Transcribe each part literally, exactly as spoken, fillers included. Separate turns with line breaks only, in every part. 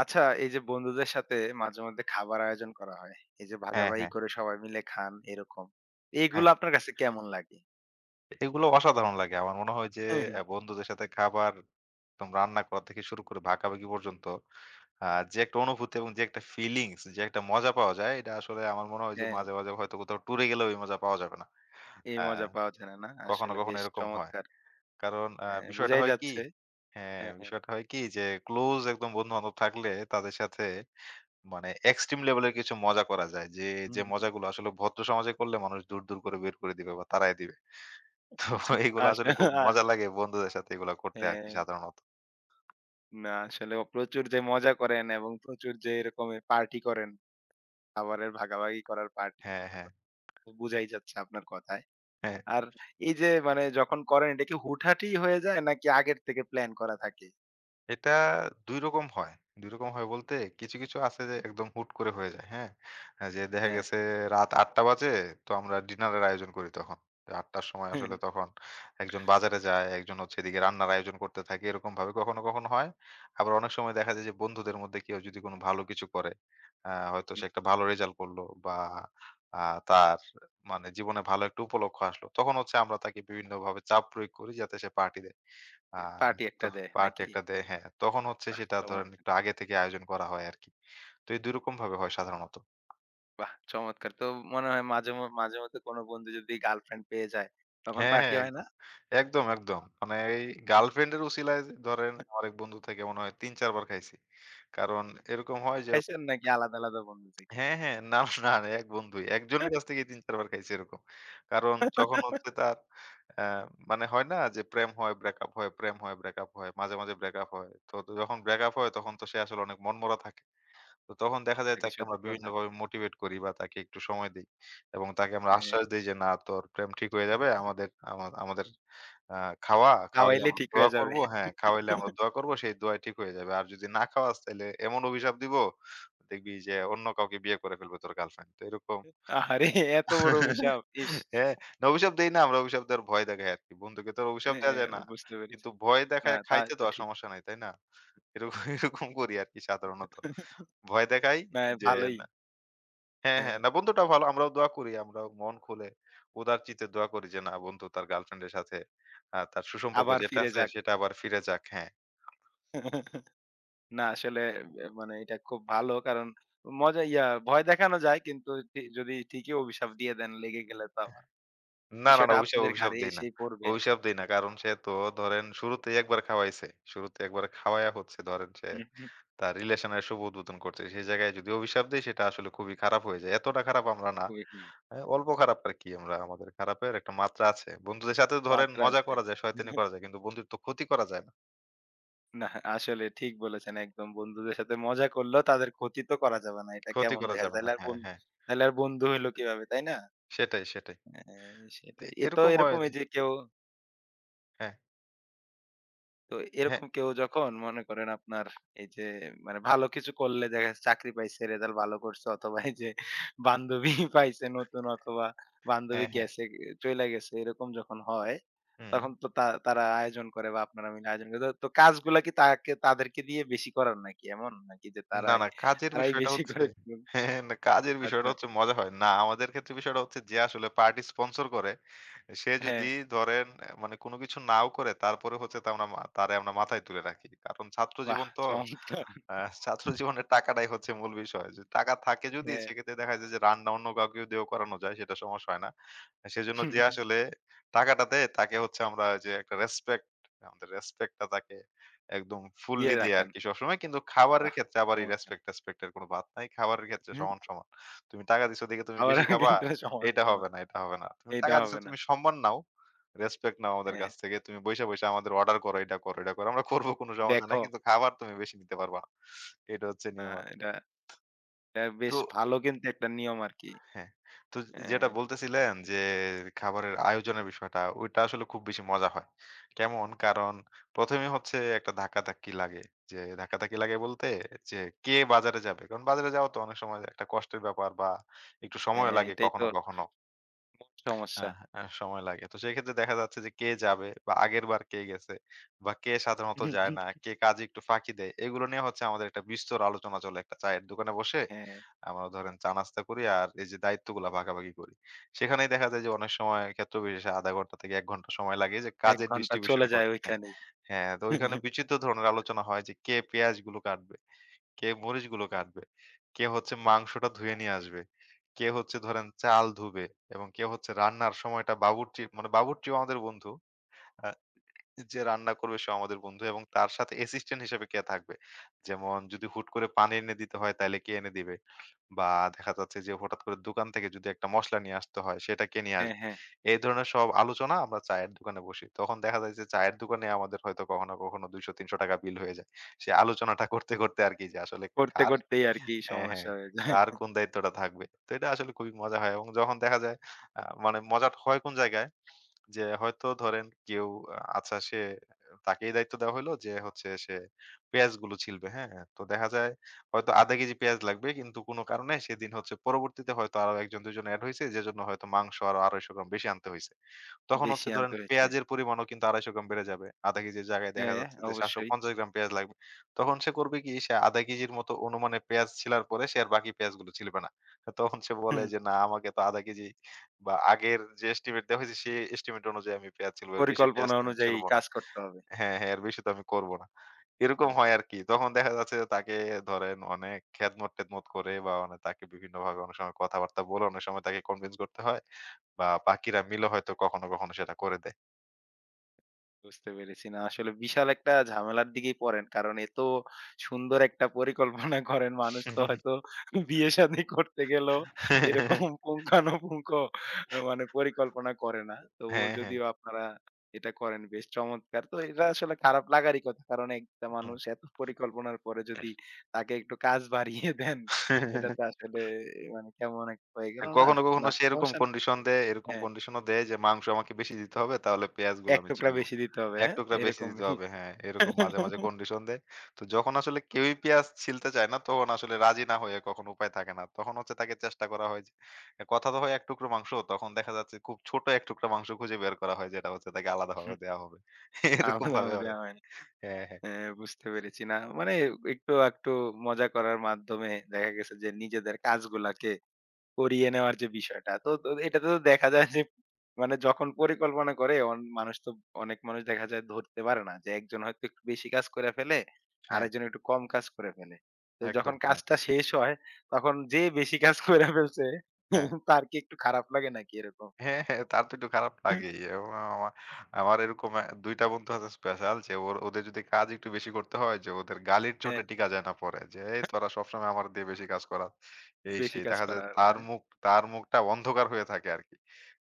আচ্ছা এই যে বন্ধুদের সাথে মাঝে মধ্যে খাবার আয়োজন করা হয়, এই যে
হ্যাঁ,
ভাগাভাগি
হ্যাঁ,
করে সবাই মিলে খান, এরকম
হ্যাঁ।
এইগুলো আপনার কাছে কেমন লাগে?
এগুলো অসাধারণ লাগে। আমার মনে হয় যে
হুম, হুম,
অ্যা বন্ধুদের সাথে খাবার একদম রান্না করা থেকে শুরু করে ভাগাভাগি পর্যন্ত আ যে একটা অনুভূতি এবং যে একটা ফিলিংস, যে একটা মজা পাওয়া যায় এটা আসলে আমার মনে হয় যে
হ্যাঁ,
মাঝে, মাঝে হয়তো কোথাও ট্যুরে গেলেও এই মজা পাওয়া যাবে না।
এই
আ
মজা পাওয়া যায় না? না?
কখনো,
আসলে
কখনো
বেশ
এরকম হয়।
চমৎকার।
কারণ আ
হ্যাঁ,
বিষয়টা
বুঝাই
হয় কি,
যাচ্ছে।
হ্যাঁ,
হ্যাঁ হ্যাঁ
বিষয়টা হয় কি যে ক্লোজ একদম বন্ধু-বান্ধব থাকলে তাদের সাথে মানে এক্সট্রিম লেভেলের কিছু মজা করা যায়। যে,
হুম,
যে
হুম, হুম।
মজাগুলো আসলে ভদ্র সমাজে করলে মানুষ দূর, দূর করে বের করে দিবে বা তাড়ায় দিবে। তো এগুলো
আসলে
আসলে খুব মজা লাগে বন্ধুদের সাথে এগুলা করতে আরকি
হ্যাঁ,
সাধারণত।
না আসলে ও প্রচুর যে মজা করেন এবং প্রচুর যে এরকম পার্টি করেন, খাবারের ভাগাভাগি করার পার্টি
হ্যাঁ,
রান্না
হ্যাঁ,
করেন। বুঝাই যাচ্ছে আপনার কথায়।
হ্যাঁ।
আর এই যে মানে যখন করেন এটা কি হুটহাটি হয়ে যায় নাকি আগের থেকে প্ল্যান করা থাকে?
এটা দুই রকম হয়। দুই রকম হয় বলতে কিছু, কিছু আছে যে একদম হুট করে হয়ে যায়, হ্যাঁ? আ যে দেখা
হ্যাঁ।
গেছে রাত আটটা বাজে, তো আমরা ডিনারের আয়োজন করি তখন। আটটা র সময় আসলে তখন একজন বাজারে যায়, একজন হচ্ছে এদিকে রান্নার আয়োজন করতে থাকে। এরকমভাবে কখনো, কখনো হয়। আবার অনেক সময় দেখা যায় যে বন্ধুদের মধ্যে কেউ যদি কোনো ভালো কিছু করে, আ হয়তো সে
হুম,
একটা ভালো রেজাল্ট করলো বা আ তার মানে জীবনে ভালো একটা উপলক্ষ আসলো। তখন হচ্ছে আমরা তাকে বিভিন্নভাবে চাপ প্রয়োগ করি যাতে সে পার্টি দেয়। আ
পার্টি
তো
একটা দেয়
পার্টি
নাকি?
একটা দেয়, হ্যাঁ। তখন হচ্ছে
বাহ,
সেটা ধরেন
চমৎকার।
একটু আগে থেকে আয়োজন করা হয় আরকি। তো এই দুই রকম ভাবে হয় সাধারণত।
বাহ, চমৎকার। তো মনে হয় মাঝে ম মাঝে মধ্যে কোনো বন্ধু যদি গার্লফ্রেন্ড পেয়ে যায় তখন
হ্যাঁ,
পার্টি
হ্যাঁ
হয়
একদম।
না?
একদম, একদম। মানে এই গার্লফ্রেন্ড এর উছিলায় যে ধরেন আমার এক বন্ধু থেকে মনে হয় তিন চার বার খাইছি। কারণ এরকম হয় যে,
খাইছেন নাকি আলাদা, আলাদা বন্ধু থেকে?
হ্যাঁ, হ্যাঁ। না, না, না এক বন্ধুই। একজনের কাছ থেকেই তিন চার বার খাইছি এরকম। কারণ যখন হচ্ছে তার অ্যা মানে হয় না যে প্রেম হয়, ব্রেকআপ হয়, প্রেম হয়, ব্রেকআপ হয়। মাঝে, মাঝে ব্রেকআপ হয়। তো তো যখন ব্রেকআপ হয় তখন তো সে আসলে অনেক মনমরা থাকে। তো তখন দেখা যায়
এটা
তাকে আমরা
সত্যি কথা।
বিভিন্নভাবে মোটিভেট করি বা তাকে একটু সময় দেই। এবং তাকে আমরা
হ্যাঁ,
আশ্বাস দেই যে, "না তোর প্রেম ঠিক হয়ে যাবে। আমাদের আমা আমাদের আ খাওয়া, খাওয়াইলে
খাওয়াইলে
আমরা
ঠিক
দোয়া
হয়ে যাবে।
করব, হ্যাঁ, খাওয়াইলে আমরা দোয়া করব। সেই দোয়াই ঠিক হয়ে যাবে। আর যদি না খাওয়াস তাইলে এমন অভিশাপ দিব, দেখবি যে অন্য কাউকে বিয়ে করে ফেলবে তোর গার্লফ্রেন্ড।" তো এরকম,
আহারে! এত বড় অভিশাপ। ইস!
হ্যাঁ, না অভিশাপ দেই না, আমরা অভিশাপ দেওয়ার ভয় দেখাই আরকি। বন্ধুকে তো আর অভিশাপ দেয়া
হ্যাঁ,
যায় না।
বুঝতে পেরেছি।
কিন্তু ভয়
না,
দেখায়
তাই
খাইতে
তো
দেওয়া
ঠিক।
সমস্যা নাই, তাই না? এরকম এরকম করি আরকি সাধারণত। ভয় দেখাই
না,
যে,
ভালোই।
হ্যাঁ,
হ্যাঁ,
হ্যাঁ। না বন্ধুটা ভালো। আমরাও দোয়া করি। আমরাও মন খুলে উদার চিত্তে দোয়া করি যে না বন্ধু তার গার্লফ্রেন্ড এর সাথে আ তার সুসম্পর্ক
আবার
যেটা
ফিরে
আছে
যাক।
সেটা আবার ফিরে যাক। হ্যাঁ।
না আসলে এ মানে এটা খুব ভালো, কারণ মজা ইয়া ভয় দেখানো যায় কিন্তু ঠি যদি ঠিকই অভিশাপ দিয়ে দেন, লেগে গেলে তো আবার
না, না, না
বিষয়টা
অভিশাপ,
আপনাদের
অভিশাপ
ঘাড়ে
দেই না।
এসেই পড়বে।
অভিশাপ দেই না। কারণ সে তো ধরেন শুরুতেই একবার খাওয়াইছে। শুরুতে একবার খাওয়ায়া হচ্ছে, ধরেন সে
হুম, হুম।
তার রিলেশন এর শুভ উদ্বোধন করছে। সেই জায়গায় যদি অভিশাপ দেই সেটা আসলে খুবই খারাপ হয়ে যায়। এতটা খারাপ আমরা না।
খুবই খারাপ।
এ অল্প খারাপ আর কি আমরা। আমাদের খারাপের একটা মাত্রা আছে। বন্ধুদের সাথে ধরেন
মাত্রা
মজা
আছে।
করা যায়, শয়তানি করা যায়। কিন্তু বন্ধুর তো ক্ষতি করা যায় না।
না, আসলে ঠিক বলেছেন একদম। বন্ধুদের সাথে মজা করলেও তাদের ক্ষতি তো করা যাবে না। এটা
ক্ষতি
কেমন
করা
দেখা যায়?
যাবে না।
তাইলে আর
হ্যাঁ,
বন
হ্যাঁ।
তাইলে আর বন্ধু হইলো কিভাবে, তাই না?
সেটাই, সেটাই।
হ্যাঁ,
তো
সেটাই। এ তো
এরকম হয় যে,
এরকমই যে কেউ,
হ্যাঁ,
তো
হ্যাঁ,
এরকম কেউ যখন মনে করেন আপনার এই যে, মানে ভালো কিছু করলে দেখা যাচ্ছে চাকরি পাইছে, রেজাল্ট ভালো করছে, অথবা এই যে বান্ধবী পাইছে নতুন, অথবা বান্ধবী
হ্যাঁ, হ্যাঁ।
গেছে, চইলা গেছে, এরকম যখন হয়,
হুম, হুম।
তখন তো তা তারা আয়োজন করে বা আপনারা মিলে আয়োজন করে। তো তো কাজগুলা কি তাকে তাদেরকে দিয়ে বেশি করান নাকি এমন? নাকি যে
না,
তারাই
না কাজের
তারাই
বিষয়টা
বেশি
হচ্ছে,
করে করুন?
হ্যাঁ, না কাজের বিষয়টা
আচ্ছা,
হচ্ছে মজা হয়। না, আমাদের ক্ষেত্রে বিষয়টা হচ্ছে যে আসলে পার্টি স্পন্সর করে, সে
হ্যাঁ,
যদি ধরেন এ মানে কোনো কিছু নাও করে তারপরে হচ্ছে তা আমরা মা তারে আমরা মাথায় তুলে রাখি। কারণ ছাত্র
বাহ,
জীবন তো,
চমৎকার!
আ ছাত্র জীবনের টাকাটাই হচ্ছে মূল বিষয়। যে টাকা থাকে যদি
হ্যাঁ,
সেক্ষেত্রে দেখা যায় যে রান্না অন্য কাউকে দিয়েও করানো যায় সেটা সমস্যা হয় না। সেজন্য যে আসলে টাকাটা দেয় তাকে হচ্ছে আমরা যে একটা রেসপেক্ট, আমাদের রেসপেক্ট টা তাকে একদম
দিয়ে
ফুললি দেই
রাখেন।
আরকি সবসময়। কিন্তু খাবারের
বাহ,
ক্ষেত্রে আবার এই
চমৎকার!
রেসপেক্ট-টেসপেক্ট এর কোন বাদ নাই। খাবারের ক্ষেত্রে
হুম,
সমান, সমান। তুমি টাকা দিছো দেখে তুমি
আবার
বেশি খাবা,
কিন্তু সমান,
এটা হবে
সমান।
না, এটা হবে না। তুমি
এটা
টাকা দিছো
হবে না।
তুমি সম্মান নাও, রেসপেক্ট নাও আমাদের
হ্যাঁ,
কাছ থেকে। তুমি বইসা, বইসা আমাদের অর্ডার করো, এটা করো, এটা করো। আমরা করব, কোনো সমস্যা নাই।
দেখো,
কিন্তু খাবার তুমি বেশি নিতে পারবা না। এটা হচ্ছে
না
নিয়ম আর।
এটা, এটা
তো
বেশ ভালো কিন্তু একটা নিয়ম আরকি।
হ্যাঁ। তো যেটা
হ্যাঁ,
বলতেছিলেন যে খাবারের আয়োজনের বিষয়টা, ওইটা আসলে খুব বেশি মজা হয়। কেমন? কারণ প্রথম এ হচ্ছে একটা ধাক্কাধাক্কি লাগে। যে ধাক্কাধাক্কি লাগে বলতে যে কে বাজারে যাবে? কারণ বাজারে যাওয়া তো অনেক সময় একটা কষ্টের ব্যাপার বা একটু সময়
হ্যাঁ,
লাগে
এটাই তো
কখনো, কখনো।
মূল সমস্যা।
হ্যাঁ, হ্যাঁ, সময় লাগে। তো সেক্ষেত্রে দেখা যাচ্ছে যে কে যাবে বা আগেরবার কে গেছে বা কে সাধারণত যায় না, কে কাজে একটু ফাঁকি দেয়। এগুলো নিয়ে হচ্ছে আমাদের একটা বিস্তর আলোচনা চলে একটা চায়ের দোকানে বসে।
হ্যাঁ,
আমরা ধরেন চা নাস্তা করি আর এই যে দায়িত্বগুলা ভাগাভাগি করি। সেখানেই দেখা যায় যে অনেক সময় ক্ষেত্র বিশেষে আধা ঘন্টা থেকে এক ঘন্টা সময় লাগে যে
এক
কাজের
ঘন্টা
ডিস্ট্রিবিউশন
চলে যায়
করতে। হ্যাঁ,
ওইখানেই।
হ্যাঁ, তো ওইখানে বিচিত্র ধরনের আলোচনা হয় যে কে পেঁয়াজগুলো কাটবে, কে মরিচগুলো কাটবে, কে হচ্ছে মাংসটা ধুয়ে নিয়ে আসবে, কে হচ্ছে ধরেন চাল ধুবে এবং কে হচ্ছে রান্নার সময়টা বাবুর্চি, মানে বাবুর্চিও আমাদের বন্ধু। আ যে রান্না করবে সেও আমাদের বন্ধু এবং তার সাথে অ্যাসিস্ট্যান্ট হিসেবে কে থাকবে। যেমন যদি হুট করে পানি এনে দিতে হয় তাইলে কে এনে দিবে? বা দেখা যাচ্ছে যে হঠাৎ করে দোকান থেকে যদি একটা মসলা নিয়ে আসতে হয় সেটা কে নিয়ে
হ্যাঁ,
আসবে?
হ্যাঁ,
এই ধরনের সব আলোচনা আমরা চায়ের দোকানে বসি। তখন দেখা যায় যে চায়ের দোকানে আমাদের হয়তো কখনো, কখনো ৳দুইশো-৳তিনশো বিল হয়ে যায়। সে আলোচনাটা করতে, করতে আরকি যে আসলে
করতে,
কার
করতেই আরকি
হ্যাঁ, হ্যাঁ,
সমস্যা হয়ে যায়।
কার কোন দায়িত্বটা থাকবে। তো এটা আসলে খুবই মজা হয় এবং যখন দেখা যায় আ মানে মজাটা হয় কোন জায়গায়, যে হয়তো ধরেন কেউ আ আচ্ছা সে তাকেই দায়িত্ব দেওয়া হইলো যে হচ্ছে সে পেঁয়াজগুলো ছিলবে, হ্যাঁ? তো দেখা যায় হয়তো আধা কেজি পেঁয়াজ লাগবে কিন্তু কোনো কারণে সেদিন হচ্ছে পরবর্তীতে হয়তো আরো এক জন দুই জন এড হইছে, যেজন্য হয়তো মাংস আরো দুইশো পঞ্চাশ গ্রাম বেশি আনতে হইছে। তখন হচ্ছে
বেশি আন্ত
ধরেন
হয়েছে।
পেঁয়াজের পরিমাণও কিন্তু দুইশো পঞ্চাশ গ্রাম বেড়ে যাবে। আধা কেজির জায়গায় দেখা
হ্যাঁ,
যাচ্ছে যে
অবশ্যই।
সাতশো পঞ্চাশ গ্রাম পেঁয়াজ লাগবে। তখন সে করবে কি? সে আধা কেজির মতো অনুমানে পেঁয়াজ ছিলার পরে সে আর বাকি পেঁয়াজগুলো ছিলবে না। তখন সে বলে
হুম,
যে, "না আমাকে তো আধা কেজি বা আগের যে এস্টিমেট দেওয়া হয়েছে সেই এস্টিমেট অনুযায়ী আমি পেঁয়াজ ছিলবো। এর বেশি পেঁয়াজ
পরিকল্পনা
তো আমি
অনুযায়ী
ছিলবো না।
কাজ করতে হবে।
হ্যাঁ, হ্যাঁ, এর বেশি তো আমি করব না।" এরকম হয় আরকি। তখন দেখা যাচ্ছে যে তাকে ধরেন অনেক খেদমত-টেদমত করে বা অনে তাকে বিভিন্নভাবে অনেক সময় কথাবার্তা বলে অনেক সময় তাকে কনভিন্স করতে হয়। বা বাকিরা মিলে হয়তো কখনো, কখনো সেটা করে দেয়।
বুঝতে পেরেছি। না আসলে বিশাল একটা ঝামেলার দিকেই পড়েন। কারণ এত সুন্দর একটা পরিকল্পনা করেন, মানুষ তো হয়তো বিয়ে-শাদী করতে গেলেও এরকম পুঙ্খানুপুঙ্খ আ মানে পরিকল্পনা করে না। তবুও
হ্যাঁ, হ্যাঁ।
যদিও আপনারা এটা করেন, বেশ চমৎকার। তো এটা আসলে খারাপ লাগারই কথা। কারণ একটা
হুম।
মানুষ এত পরিকল্পনার পরে যদি তাকে একটু কাজ বাড়িয়ে দেন, এটা তো আসলে মানে কেমন একটা হয়ে গেল না?
কখনো, কখনো
না
সে এরকম
সমস্যা নেই।
কন্ডিশন দেয়, এরকম
হ্যাঁ,
কন্ডিশনও দেয় যে মাংস আমাকে বেশি দিতে হবে তাহলে পেঁয়াজগুলো
এক
আমি
টুকরা
ছিলবো।
বেশি দিতে হবে,
এক
হ্যাঁ?
টুকরা বেশি দিতে
এরকমই।
হবে, হ্যাঁ। এরকম মাঝে, মাঝে কন্ডিশন দেয়। তো যখন আসলে কেউই পেঁয়াজ ছিলতে চায় না তখন আসলে রাজি না হয়ে কখনো উপায় থাকে না। তখন হচ্ছে তাকে চেষ্টা করা হয় যে কথা তো হয় এক টুকরো মাংস, তখন দেখা যাচ্ছে খুব ছোট এক টুকরা মাংস খুঁজে বের করা হয় যেটা হচ্ছে তাকে আলাদাভাবে দেয়া হবে। এরকমভাবে
আলাদাভাবে
হয়।
দেওয়া হয়নি।
হ্যাঁ, হ্যাঁ।
হ্যাঁ, বুঝতে পেরেছি। না মানে একটু আকটু মজা করার মাধ্যমে দেখা গেছে যে নিজেদের কাজগুলাকে করিয়ে নেওয়ার যে বিষয়টা। তো তো এটাতে তো দেখা যায় যে, মানে যখন পরিকল্পনা করে অন মানুষ তো, অনেক মানুষ দেখা যায় ধরতে পারে না যে একজন হয়তো একটু বেশি কাজ করে ফেলে,
হ্যাঁ।
আরেকজন একটু কম কাজ করে ফেলে। তো
একদম।
যখন
হ্যাঁ,
কাজটা শেষ হয়, তখন যে বেশি কাজ করে ফেলছে
হ্যাঁ।
তার কি একটু খারাপ লাগে নাকি এরকম?
হ্যাঁ, হ্যাঁ, তার তো একটু খারাপ লাগেই। এবং আমা আমার এরকম অ্যা দুই টা বন্ধু আছে স্পেশাল, যে ওর ওদের যদি কাজ একটু বেশি করতে হয় যে ওদের গালির
হ্যাঁ,
চোটে টিকা যায় না পরে। যে, "এই তোরা সবসময় আমার দিয়ে বেশি কাজ করাস।" এই
বেশি
সেই।
কাজ
দেখা যায়
করার,
তার
হ্যাঁ?
মুখ তার মুখটা অন্ধকার হয়ে থাকে আরকি।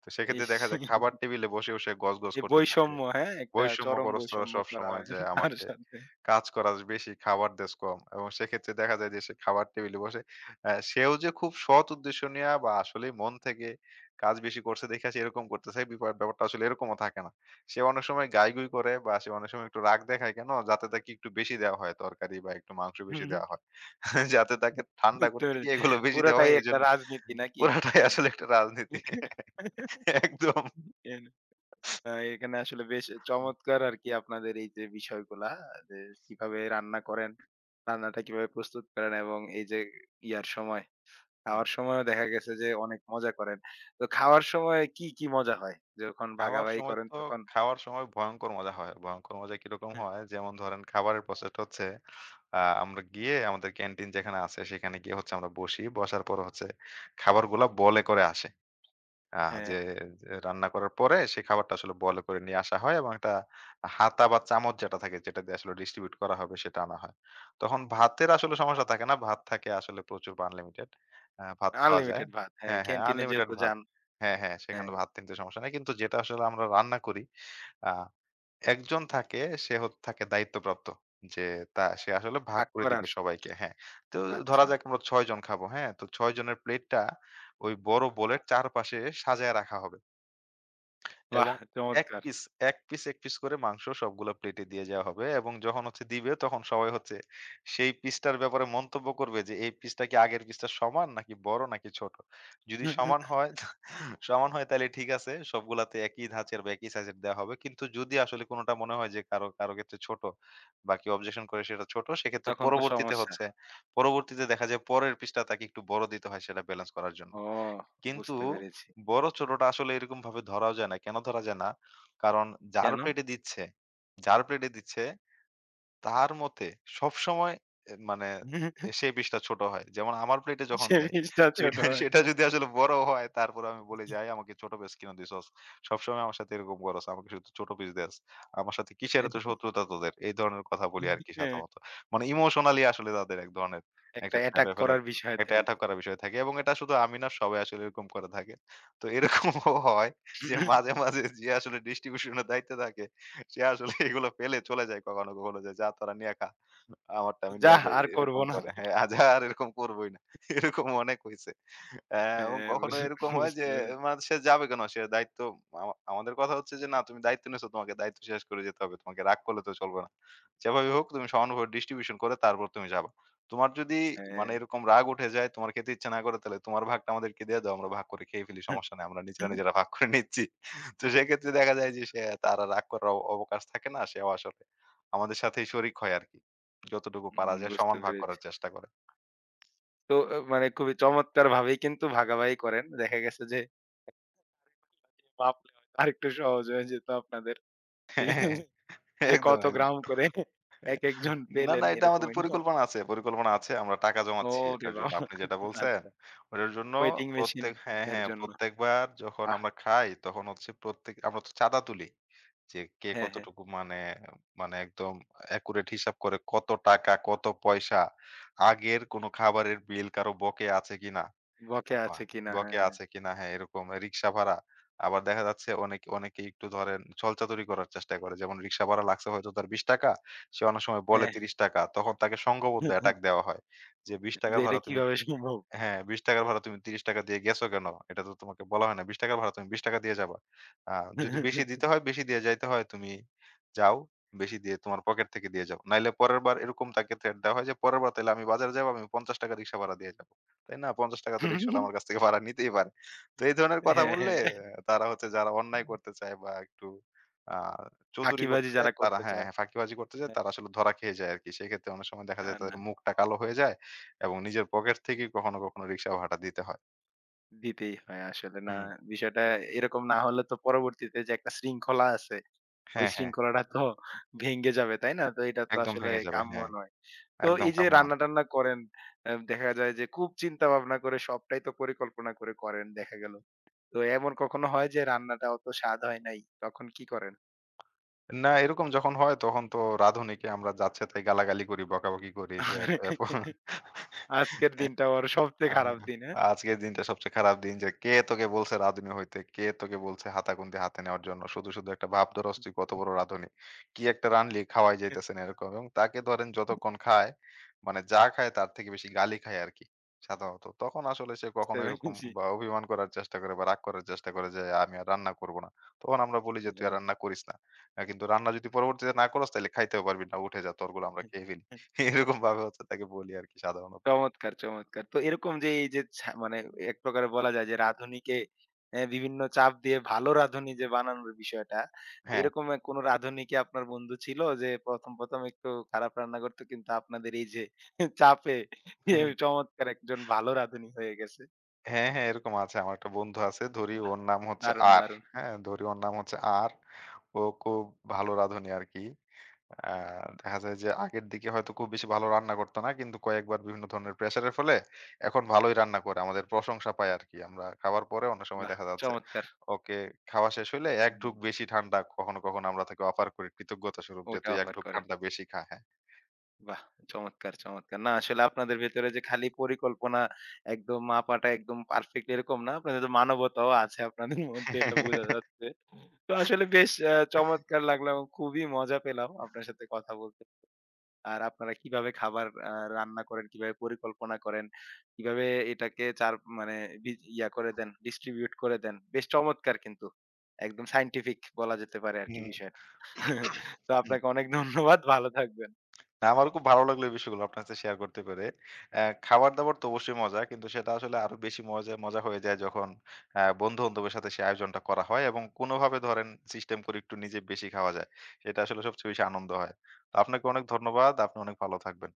তো সেক্ষেত্রে
ইস!
দেখা যায় খাবার টেবিলে বসেও সে গজগজ
এই
করতে থাকে।
বৈষম্য, হ্যাঁ? একটা চরম
বৈষম্যগ্রস্তরা,
বৈষম্য করা
সবসময়
হয়
যে
তার
আমাকে
সাথে।
কাজ করাস বেশি খাবার দেস কম, এবং সেক্ষেত্রে দেখা যায় যে সে খাবার টেবিলে বসে আ সেও যে খুব সৎ উদ্দেশ্য নিয়া বা আসলেই মন থেকে কাজ বেশি করছে দেখে সে এরকম করতেছে বিপা ব্যাপারটা আসলে এরকমও থাকে না। সে অনেক সময় গাইগুই করে বা সে অনেক সময় একটু রাগ দেখায় কেন? যাতে তাকে একটু বেশি দেওয়া হয় তরকারি বা একটু মাংস বেশি
হুম,
দেওয়া হয়। যাতে তাকে ঠান্ডা
বুঝতে
করতে গিয়ে
পেরেছি।
এগুলো বেশি দেওয়া
পুরাটাই
হয়
একটা
এজন্য
রাজনীতি নাকি?
পুরাটাই আসলে একটা রাজনীতি। একদম।
এন আ এখানে আসলে বেশ চমৎকার আরকি আপনাদের এই যে বিষয়গুলা, যে কিভাবে রান্না করেন, রান্নাটা কিভাবে প্রস্তুত করেন, এবং এই যে ইয়ার সময়, খাওয়ার সময়ও দেখা গেছে যে অনেক মজা করেন। তো খাওয়ার সময় কি, কি মজা হয়? যখন
খাওয়ার
ভাগাভাগি
সময়
করেন
তো
তখন?
খাওয়ার সময় ভয়ংকর মজা হয়। ভয়ংকর মজা কিরকম হয়? যেমন ধরেন খাবারের প্রসেসটা হচ্ছে আ আমরা গিয়ে আমাদের ক্যান্টিন যেখানে আছে সেখানে গিয়ে হচ্ছে আমরা বসি। বসার পর হচ্ছে খাবারগুলা বলে করে আসে। আহ
হ্যাঁ,
যে যে রান্না করার পরে সেই খাবারটা আসলে বলে করে নিয়ে আসা হয় এবং একটা হাতা বা চামচ যেটা থাকে যেটা দিয়ে আসলে ডিস্ট্রিবিউট করা হবে সেটা আনা হয়। তখন ভাতের আসলে সমস্যা থাকে না। ভাত থাকে আসলে প্রচুর আনলিমিটেড। আ ভাত খাওয়া যায়।
আনলিমিটেড ভাত। হ্যাঁ,
হ্যাঁ, হ্যাঁ,
ক্যান্টিনে
আনলিমিটেড
যেহেতু
ভাত।
যান,
হ্যাঁ, হ্যাঁ, সেখানে
হ্যাঁ,
ভাত নিতে সমস্যা নাই। কিন্তু যেটা আসলে আমরা রান্না করি আ একজন থাকে, সে হত থাকে দায়িত্বপ্রাপ্ত। যে তা সে আসলে ভাগ
ভাগ
করে
করার।
দিবে সবাইকে। হ্যাঁ। তো ধরা
আচ্ছা,
যাক আমরা ছয় জন খাবো। হ্যাঁ? তো ছয় জনের প্লেটটা ওই বড় বোলের চারপাশে সাজায় রাখা হবে।
বাহ,
এবং ১
চমৎকার।
পিস ১ পিস ১ পিস করে মাংস সবগুলা প্লেটে দিয়ে যাওয়া হবে, এবং যখন হচ্ছে দিবে তখন সবাই হচ্ছে সেই পিসটার ব্যাপারে মন্তব্য করবে যে, "এই পিসটা কি আগের পিসটা সমান নাকি বড় নাকি ছোট?" যদি সমান হয় তা- সমান হয় তাহলে ঠিক আছে। সবগুলাতে একই ধাঁচের বা একই সাইজের দেয়া হবে। কিন্তু যদি আসলে কোনটা মনে হয় যে কারো, কারো ক্ষেত্রে ছোট বা কেউ অবজেকশন করে সেটা ছোট, সেক্ষেত্রে
তখন তো
পরবর্তীতে
সমস্যা।
হচ্ছে পরবর্তীতে দেখা যায় পরের পিসটা তাকে একটু বড় দিতে হয় সেটা ব্যালেন্স করার জন্য।
ও,
কিন্তু
বুঝতে পেরেছি।
বড় ছোটটা আসলে এরকম ভাবে ধরাও যায় না। কেন ধরা যায় না? কারণ যার
কেন?
প্লেটে দিচ্ছে, যার প্লেটে দিচ্ছে তার মতে সবসময় এ মানে এ সেই পিসটা ছোট হয়। যেমন আমার প্লেটে যখন
সে
দেয়,
বিষটা ছোট
সেটা
হয়।
সেটা যদি আসলে বড় হয় তারপরে আমি বলি যে, "আই আমাকে ছোট পিস কিইনা দিছস। সবসময় আমার সাথে এরকম করস। আমাকে শুধু ছোট পিস দেস। আমার সাথে কিসের এত শত্রুতা তোদের?" এই ধরনের কথা বলি আরকি
হ্যাঁ,
সাধারণত। মানে ইমোশনালি আসলে তাদের এক ধরনের
একটা
একটা
অ্যাটাক
ট্র্যাপে ফেলার
করার বিষয়
একটা
তাই।
অ্যাটাক
যাহ
করার বিষয় থাকে, এবং এটা শুধু আমি না সবাই আসলে এরকম করে থাকে। তো এরকমও হয় যে মাঝে, মাঝে যে আসলে ডিস্ট্রিবিউশন এর দায়িত্বে থাকে সে আসলে এগুলো ফেলে চলে যায় কখনো, কখনো যে, "যা তোরা নিয়া খা। আমারটা আমি নিয়া যাই।"
আর করব
এরকম
না।
করে। হ্যাঁ, আজ আর এরকম করবই না। এরকম অনেক হইছে। অ্যা এবং
হ্যাঁ,
কখনো
বুঝ
এরকম হয় যে
বুঝতে পেরেছি।
মানে সে যাবে কেন? সে দায়িত্ব আমা আমাদের কথা হচ্ছে যে, "না তুমি দায়িত্ব নিছো, তোমাকে দায়িত্ব শেষ করে যেতে হবে। তোমাকে রাগ করলে তো চলবে না। যেভাবে হোক তুমি সমানুভাবে ডিস্ট্রিবিউশন করে তারপর তুমি যাবা। তোমার যদি
হ্যাঁ।
মানে এরকম রাগ উঠে যায়, তোমার খেতে ইচ্ছা না করে, তাহলে তোমার ভাগটা আমাদেরকে দিয়ে দাও। আমরা ভাগ করে খেয়ে ফেলি। সমস্যা নাই। আমরা নিজেরা, নিজেরা ভাগ করে নিচ্ছি।" তো সেক্ষেত্রে দেখা যায় যে সে তার আর রাগ করার অব- অবকাশ থাকে না, সেও আসলে আমাদের সাথেই শরিক হয় আর কি, যতটুকু পারা
হুম,
যায়
বুঝতে
সমান ভাগ
পেরেছি।
করার চেষ্টা করে।
তো অ মানে খুবই চমৎকারভাবেই কিন্তু ভাগাভাগি করেন। দেখা গেছে যে মাপলে হয়তো আরেকটু সহজ হয়ে যেত আপনাদের। ঠিক আছে? যে
একদম
কত
একদম।
গ্রাম করে একেকজন
না, না,
পেলেন
এটা আমাদের
এরকমই।
পরিকল্পনা আছে, পরিকল্পনা আছে। আমরা টাকা জমাচ্ছি
ওরে
এটার জন্য।
বাবা!
আপনি যেটা বলছেন,
আচ্ছা।
ওটার জন্য
ওয়েটিং মেশিন
প্রত্যেক হ্যাঁ,
এর
হ্যাঁ,
জন্য।
প্রত্যেকবার যখন
বাহ!
আমরা খাই তখন হচ্ছে প্রত্যেক আমরা তো চাঁদা তুলি। যে কে
হ্যাঁ, হ্যাঁ।
কতটুকু মানে মানে একদম অ্যাকুরেট হিসাব করে কত টাকা, কত পয়সা, আগের কোনো খাবারের বিল কারো বকেয়া আছে কিনা?
বকেয়া
বাহ!
আছে কিনা,
ব্লকে
হ্যাঁ,
আছে কিনা, হ্যাঁ, এরকম রিক্সা ভাড়া। আবার দেখা যাচ্ছে অনেকে অনেকেই একটু ধরেন ছলচাতুরি করার চেষ্টা করে। যেমন রিক্সা ভাড়া লাগছে হয়তো তার ৳বিশ, সে অনেক সময় বলে
হ্যাঁ।
৳ত্রিশ, তখন তাকে সংঘবদ্ধ অ্যাটাক দেওয়া হয়। যে ৳বিশ
যে এটা
ভাড়া তুমি,
কিভাবে সম্ভব?
হ্যাঁ, ৳বিশ র ভাড়া তুমি ৳ত্রিশ দিয়ে গেছো কেন? এটা তো তোমাকে বলা হয় না। ৳বিশ র ভাড়া তুমি ৳বিশ দিয়ে যাবা। আ যদি বেশি দিতে হয়, বেশি দিয়ে যাইতে হয়, তুমি যাও। বেশি দিয়ে তোমার পকেট থেকে দিয়ে যাও। নাইলে পরের বার এরকম তাকে থ্রেট দেওয়া হয় যে, "পরের বার তাইলে আমি বাজারে যাবো, আমি ৳পঞ্চাশ রিক্সা ভাড়া দিয়ে যাবো।" তাই না? ৳পঞ্চাশ তো রিক্শাওয়ালা আমার কাছ থেকে ভাড়া নিতেই পারে। তো এই ধরনের কথা
হ্যাঁ,
বললে
হ্যাঁ।
অ্যা তারা হচ্ছে যারা অন্যায় করতে চায় বা একটু আ চতুরি
ফাঁকিবাজি
করতে চায়
যারা
তারা,
করতে
হ্যাঁ,
চায়।
হ্যাঁ, ফাঁকিবাজি করতে চায়
হ্যাঁ,
তারা আসলে ধরা খেয়ে যায় আরকি। সেক্ষেত্রে অনেক সময় দেখা
না,
যায় তাদের
না
মুখটা কালো হয়ে যায়। এবং নিজের পকেট থেকেই কখনো, কখনো রিক্সা ভাড়া দিতে হয়।
দিতেই হয় আসলে। না
হুম।
বিষয়টা এরকম না হলে তো পরবর্তীতে যে একটা শৃঙ্খলা আছে, ওই
হ্যাঁ, হ্যাঁ।
শৃঙ্খলাটা তো ভেঙে যাবে, তাই না? তো এটা তো
একদম
আসলে
ভেঙে যাবে।
কাম্য
হ্যাঁ,
নয়। তো
একদম
এই যে
কাম্য না।
রান্না-টান্না করেন, আ দেখা যায় যে খুব চিন্তা ভাবনা করে সবটাই তো পরিকল্পনা করে করেন দেখা গেল। তো এমন কখনো হয় যে রান্নাটা অত স্বাদ হয় নাই, তখন কি করেন?
না, এরকম যখন হয় তখন তো রাঁধুনিকে আমরা যাচ্ছে তাই গালাগালি করি, বকাবকি করি যে এত এফ
আজকের দিনটা ওর সবচেয়ে
আহ
খারাপ দিন, হ্যাঁ?
আজকের দিনটা সবচেয়ে খারাপ দিন, যে কে তোকে বলছে রাঁধুনি হইতে? কে তোকে বলছে হাতাখুন্তি হাতে নেওয়ার জন্য? শুধু, শুধু একটা ভাব ধরস তুই কত বড় রাঁধুনি। কি একটা রাঁধলি, খাওয়াই যাইতেছে না এরকম, এবং তাকে ধরেন যতক্ষণ খায় মানে যা খায় তার থেকে বেশি গালি খায় আরকি সাধারণত। তখন আসলে সে
বুঝতে
কখনো এরকম
পেরেছি।
বা অভিমান করার চেষ্টা করে বা রাগ করার চেষ্টা করে যে আমি আর রান্না করব না। তখন আমরা বলি যে তুই আর রান্না করিস না। আ কিন্তু রান্না যদি পরবর্তীতে না করস তাইলে খাইতেও পারবি না। উঠে যা, তোরগুলো আমরা খেয়ে ফেলি।
হ্যাঁ।
এরকম ভাবে হচ্ছে তাকে বলি আরকি সাধারণত।
চমৎকার, চমৎকার। তো এরকম যে এই যে ছা মানে এক প্রকারে বলা যায় যে রাঁধুনিকে এ বিভিন্ন চাপ দিয়ে ভালো রাঁধুনি যে বানানোর বিষয়টা, তো
হ্যাঁ।
এরকম এ কোনো রাঁধুনি কি আপনার বন্ধু ছিল যে ১ম, ১ম একটু খারাপ রান্না করত কিন্তু আপনাদের এই যে চাপে এ চমৎকার একজন ভালো রাঁধুনি হয়ে গেছে?
হ্যাঁ, হ্যাঁ, এরকম আছে। আমার একটা বন্ধু আছে, ধরি
বাহ,
ওর নাম হচ্ছে
দারুণ,
আর।
দারুণ।
হ্যাঁ? ধরি ওর নাম হচ্ছে আর। ও খুব ভালো রাঁধুনি আরকি। আ দেখা যায় যে আগের দিকে হয়তো খুব বেশি ভালো রান্না করত না। কিন্তু কয়েকবার বিভিন্ন ধরনের প্রেশার এর ফলে এখন ভালোই রান্না করে। আমাদের প্রশংসা পাই আরকি। আমরা খাবার পরে অনেক সময়
বাহ,
দেখা যাচ্ছে
চমৎকার।
ওকে খাওয়া শেষ হইলে এক
হুম,
ঢুক বেশি ঠান্ডা কখনো, কখনো আমরা তাকে অফার করি কৃতজ্ঞতা স্বরূপ যে,
ওইটা
"তুই এক
অফার
ঢুক
করেন।
ঠান্ডা বেশি খা।" হ্যাঁ?
বাহ, চমৎকার, চমৎকার। না আসলে আপনাদের ভেতরে যে খালি পরিকল্পনা, একদম মাপাটা একদম পারফেক্ট এরকম না। আপনাদের তো মানবতাও আছে আপনাদের মধ্যে, এটা বোঝা যাচ্ছে। তো আসলে বেশ আ চমৎকার লাগলো এবং খুবই মজা পেলাম আপনার সাথে কথা বলতে। আর আপনারা কিভাবে খাবার আ রান্না করেন, কিভাবে পরিকল্পনা করেন, কিভাবে এটাকে চার মানে বি ইয়া করে দেন, ডিস্ট্রিবিউট করে দেন। বেশ চমৎকার কিন্তু। একদম সায়েন্টিফিক বলা যেতে পারে আরকি বিষয়টা। তো
হুম।
আপনাকে অনেক ধন্যবাদ। ভালো থাকবেন।
না, আমারও খুব ভালো লাগলো এই বিষয়গুলো আপনার সাথে শেয়ার করতে পেরে। অ্যা খাবার-দাবার তো অবশ্যই মজা। কিন্তু সেটা আসলে আরো বেশি মজা মজা হয়ে যায় যখন অ্যা বন্ধু-বান্ধবের সাথে সেই আয়োজনটা করা হয় এবং কোনোভাবে ধরেন সিস্টেম করে একটু নিজে বেশি খাওয়া যায়। সেটা আসলে সবচেয়ে বেশি আনন্দ হয়। তো আপনাকে অনেক ধন্যবাদ। আপনি অনেক ভালো থাকবেন।